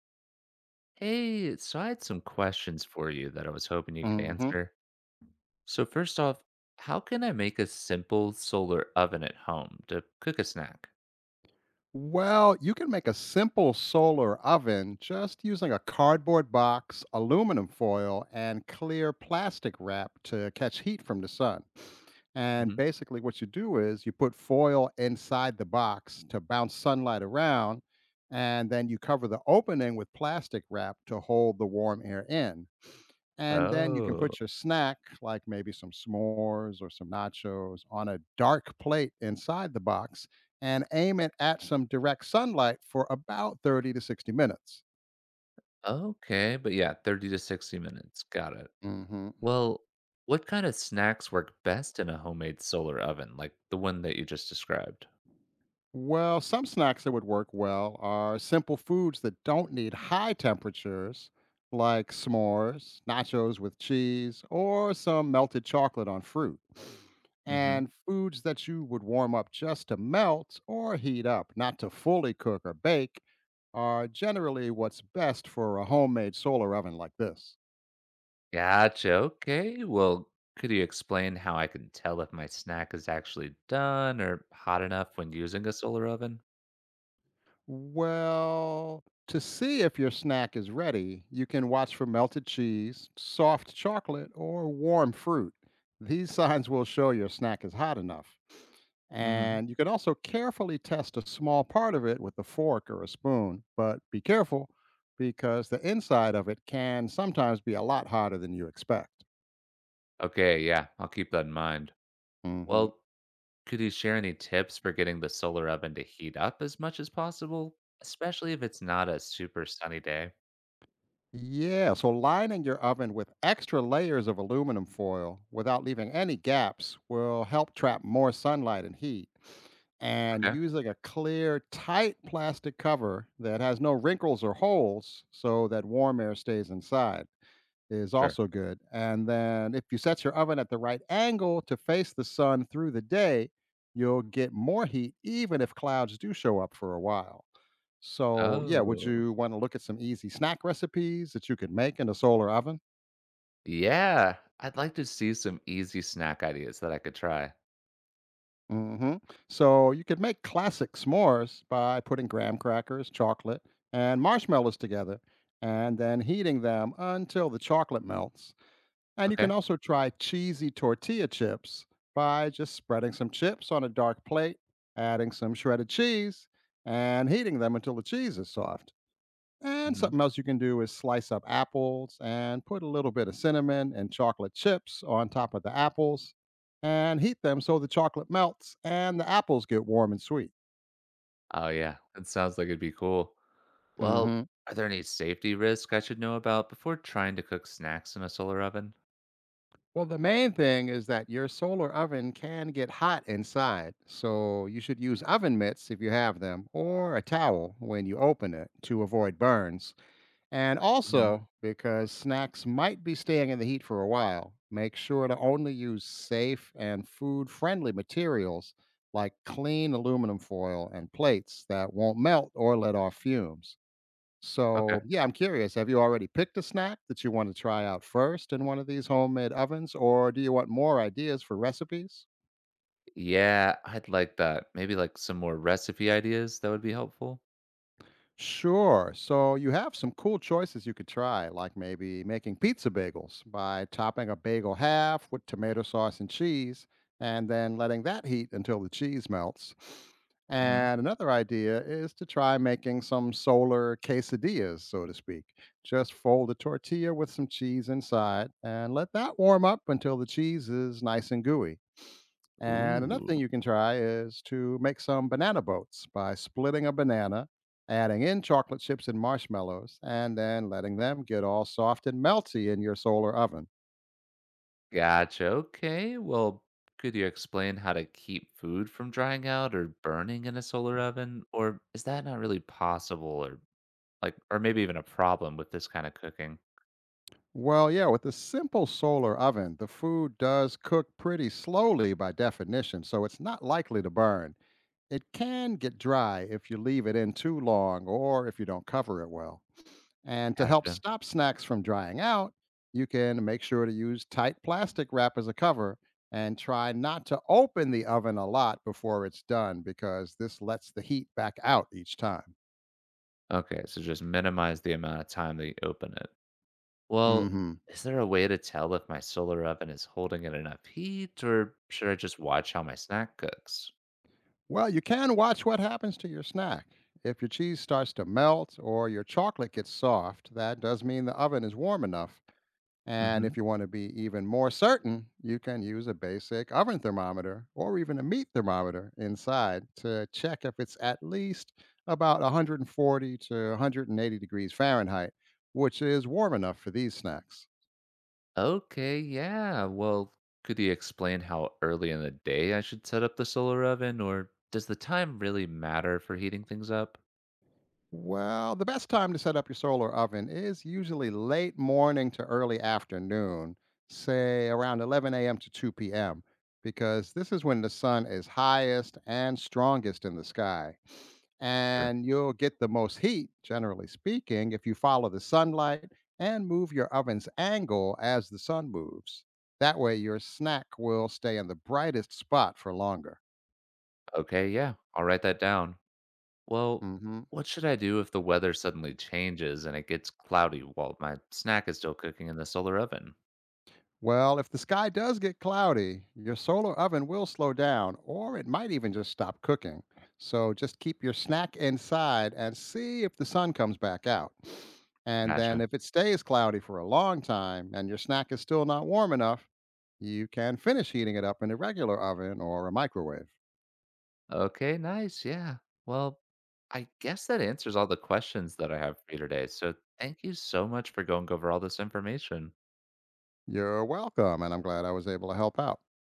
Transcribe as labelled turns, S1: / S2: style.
S1: Hey, so I had some questions for you that I was hoping you could
S2: Mhm.
S1: answer. So, first off, how can I make a simple solar oven at home to cook a snack?
S2: Well, you can make a simple solar oven just using a cardboard box, aluminum foil, and clear plastic wrap to catch heat from the sun. And
S1: Hmm
S2: basically, what you do is you put foil inside the box to bounce sunlight around, and then you cover the opening with plastic wrap to hold the warm air in. And then you can
S1: Oh,
S2: put your snack, like maybe some s'mores or some nachos, on a dark plate inside the box and aim it at some direct sunlight for about 30 to 60 minutes.
S1: okay. But yeah, 30 to 60 minutes. Got it.
S2: Hmm
S1: Well, what kind of snacks work best in a homemade solar oven, like the one that you just described?
S2: Well, some snacks that would work well are simple foods that don't need high temperatures, like s'mores, nachos with cheese, or some melted chocolate on fruit.
S1: Hmm
S2: And foods that you would warm up just to melt or heat up, not to fully cook or bake, are generally what's best for a homemade solar oven like this.
S1: Gotcha. Okay. Well, could you explain how I can tell if my snack is actually done or hot enough when using a solar oven?
S2: Well, to see if your snack is ready, you can watch for melted cheese, soft chocolate, or warm fruit. These signs will show your snack is hot enough. And you can also carefully test a small part of it with a fork or a spoon, but be careful because the inside of it can sometimes be a lot hotter than you expect.
S1: Okay, yeah, I'll keep that in mind.
S2: Hmm
S1: Well, could you share any tips for getting the solar oven to heat up as much as possible, especially if it's not a super sunny day?
S2: Yeah, so lining your oven with extra layers of aluminum foil without leaving any gaps will help trap more sunlight and heat. And
S1: Okay,
S2: using a clear, tight plastic cover that has no wrinkles or holes so that warm air stays inside is
S1: sure.
S2: also good. And then if you set your oven at the right angle to face the sun through the day, you'll get more heat even if clouds do show up for a while. So, yeah, would
S1: Oh,
S2: you want to look at some easy snack recipes that you could make in a solar oven?
S1: yeah, I'd like to see some easy snack ideas that I could try.
S2: Hmm So, you could make classic s'mores by putting graham crackers, chocolate, and marshmallows together and then heating them until the chocolate melts. And you can
S1: Okay.
S2: also try cheesy tortilla chips by just spreading some chips on a dark plate, adding some shredded cheese, and heating them until the cheese is soft. And
S1: hmm
S2: something else you can do is slice up apples and put a little bit of cinnamon and chocolate chips on top of the apples and heat them so the chocolate melts and the apples get warm and sweet.
S1: Oh, yeah. That sounds like it'd be cool. Well,
S2: Hmm
S1: are there any safety risks I should know about before trying to cook snacks in a solar oven?
S2: Well, the main thing is that your solar oven can get hot inside, so you should use oven mitts if you have them or a towel when you open it to avoid burns. And
S1: Hmm
S2: also, because snacks might be staying in the heat for a while, make sure to only use safe and food friendly materials like clean aluminum foil and plates that won't melt or let off fumes. So,
S1: Okay.
S2: yeah, I'm curious, have you already picked a snack that you want to try out first in one of these homemade ovens, or do you want more ideas for recipes?
S1: Yeah, I'd like that. Maybe like some more recipe ideas that would be helpful.
S2: Sure. So you have some cool choices you could try, like maybe making pizza bagels by topping a bagel half with tomato sauce and cheese, and then letting that heat until the cheese melts.
S1: Mhm.
S2: And another idea is to try making some solar quesadillas, so to speak. Just fold a tortilla with some cheese inside and let that warm up until the cheese is nice and gooey. And another
S1: Ooh,
S2: thing you can try is to make some banana boats by splitting a banana, adding in chocolate chips and marshmallows, and then letting them get all soft and melty in your solar oven.
S1: gotcha. Okay, well, could you explain how to keep food from drying out or burning in a solar oven, or is that not really possible, or or maybe even a problem with this kinda cooking?
S2: Well, yeah, with a simple solar oven, the food does cook pretty slowly by definition, so it's not likely to burn. It can get dry if you leave it in too long or if you don't cover it well. And to help
S1: Gotcha.
S2: stop snacks from drying out, you can make sure to use tight plastic wrap as a cover and try not to open the oven a lot before it's done because this lets the heat back out each time.
S1: Okay, so just minimize the amount of time that you open it. Well,
S2: Mhm.
S1: is there a way to tell if my solar oven is holding in enough heat, or should I just watch how my snack cooks?
S2: Well, you can watch what happens to your snack. If your cheese starts to melt or your chocolate gets soft, that does mean the oven is warm enough. And
S1: Mhm.
S2: if you want to be even more certain, you can use a basic oven thermometer or even a meat thermometer inside to check if it's at least about 140 to 180 degrees Fahrenheit, which is warm enough for these snacks.
S1: Okay, yeah. Well, could you explain how early in the day I should set up the solar oven, or does the time really matter for heating things up?
S2: Well, the best time to set up your solar oven is usually late morning to early afternoon, say around 11 a.m. to 2 p.m., because this is when the sun is highest and strongest in the sky.
S1: Sure.
S2: And you'll get the most heat, generally speaking, if you follow the sunlight and move your oven's angle as the sun moves. That way, your snack will stay in the brightest spot for longer.
S1: Okay, yeah, I'll write that down. Well,
S2: Hmm
S1: what should I do if the weather suddenly changes and it gets cloudy while my snack is still cooking in the solar oven?
S2: Well, if the sky does get cloudy, your solar oven will slow down, or it might even just stop cooking. So just keep your snack inside and see if the sun comes back out. And then,
S1: Gotcha.
S2: if it stays cloudy for a long time and your snack is still not warm enough, you can finish heating it up in a regular oven or a microwave.
S1: Okay, nice. Yeah. Well, I guess that answers all the questions that I have for you today. So thank you so much for going over all this information.
S2: You're welcome, and I'm glad I was able to help out.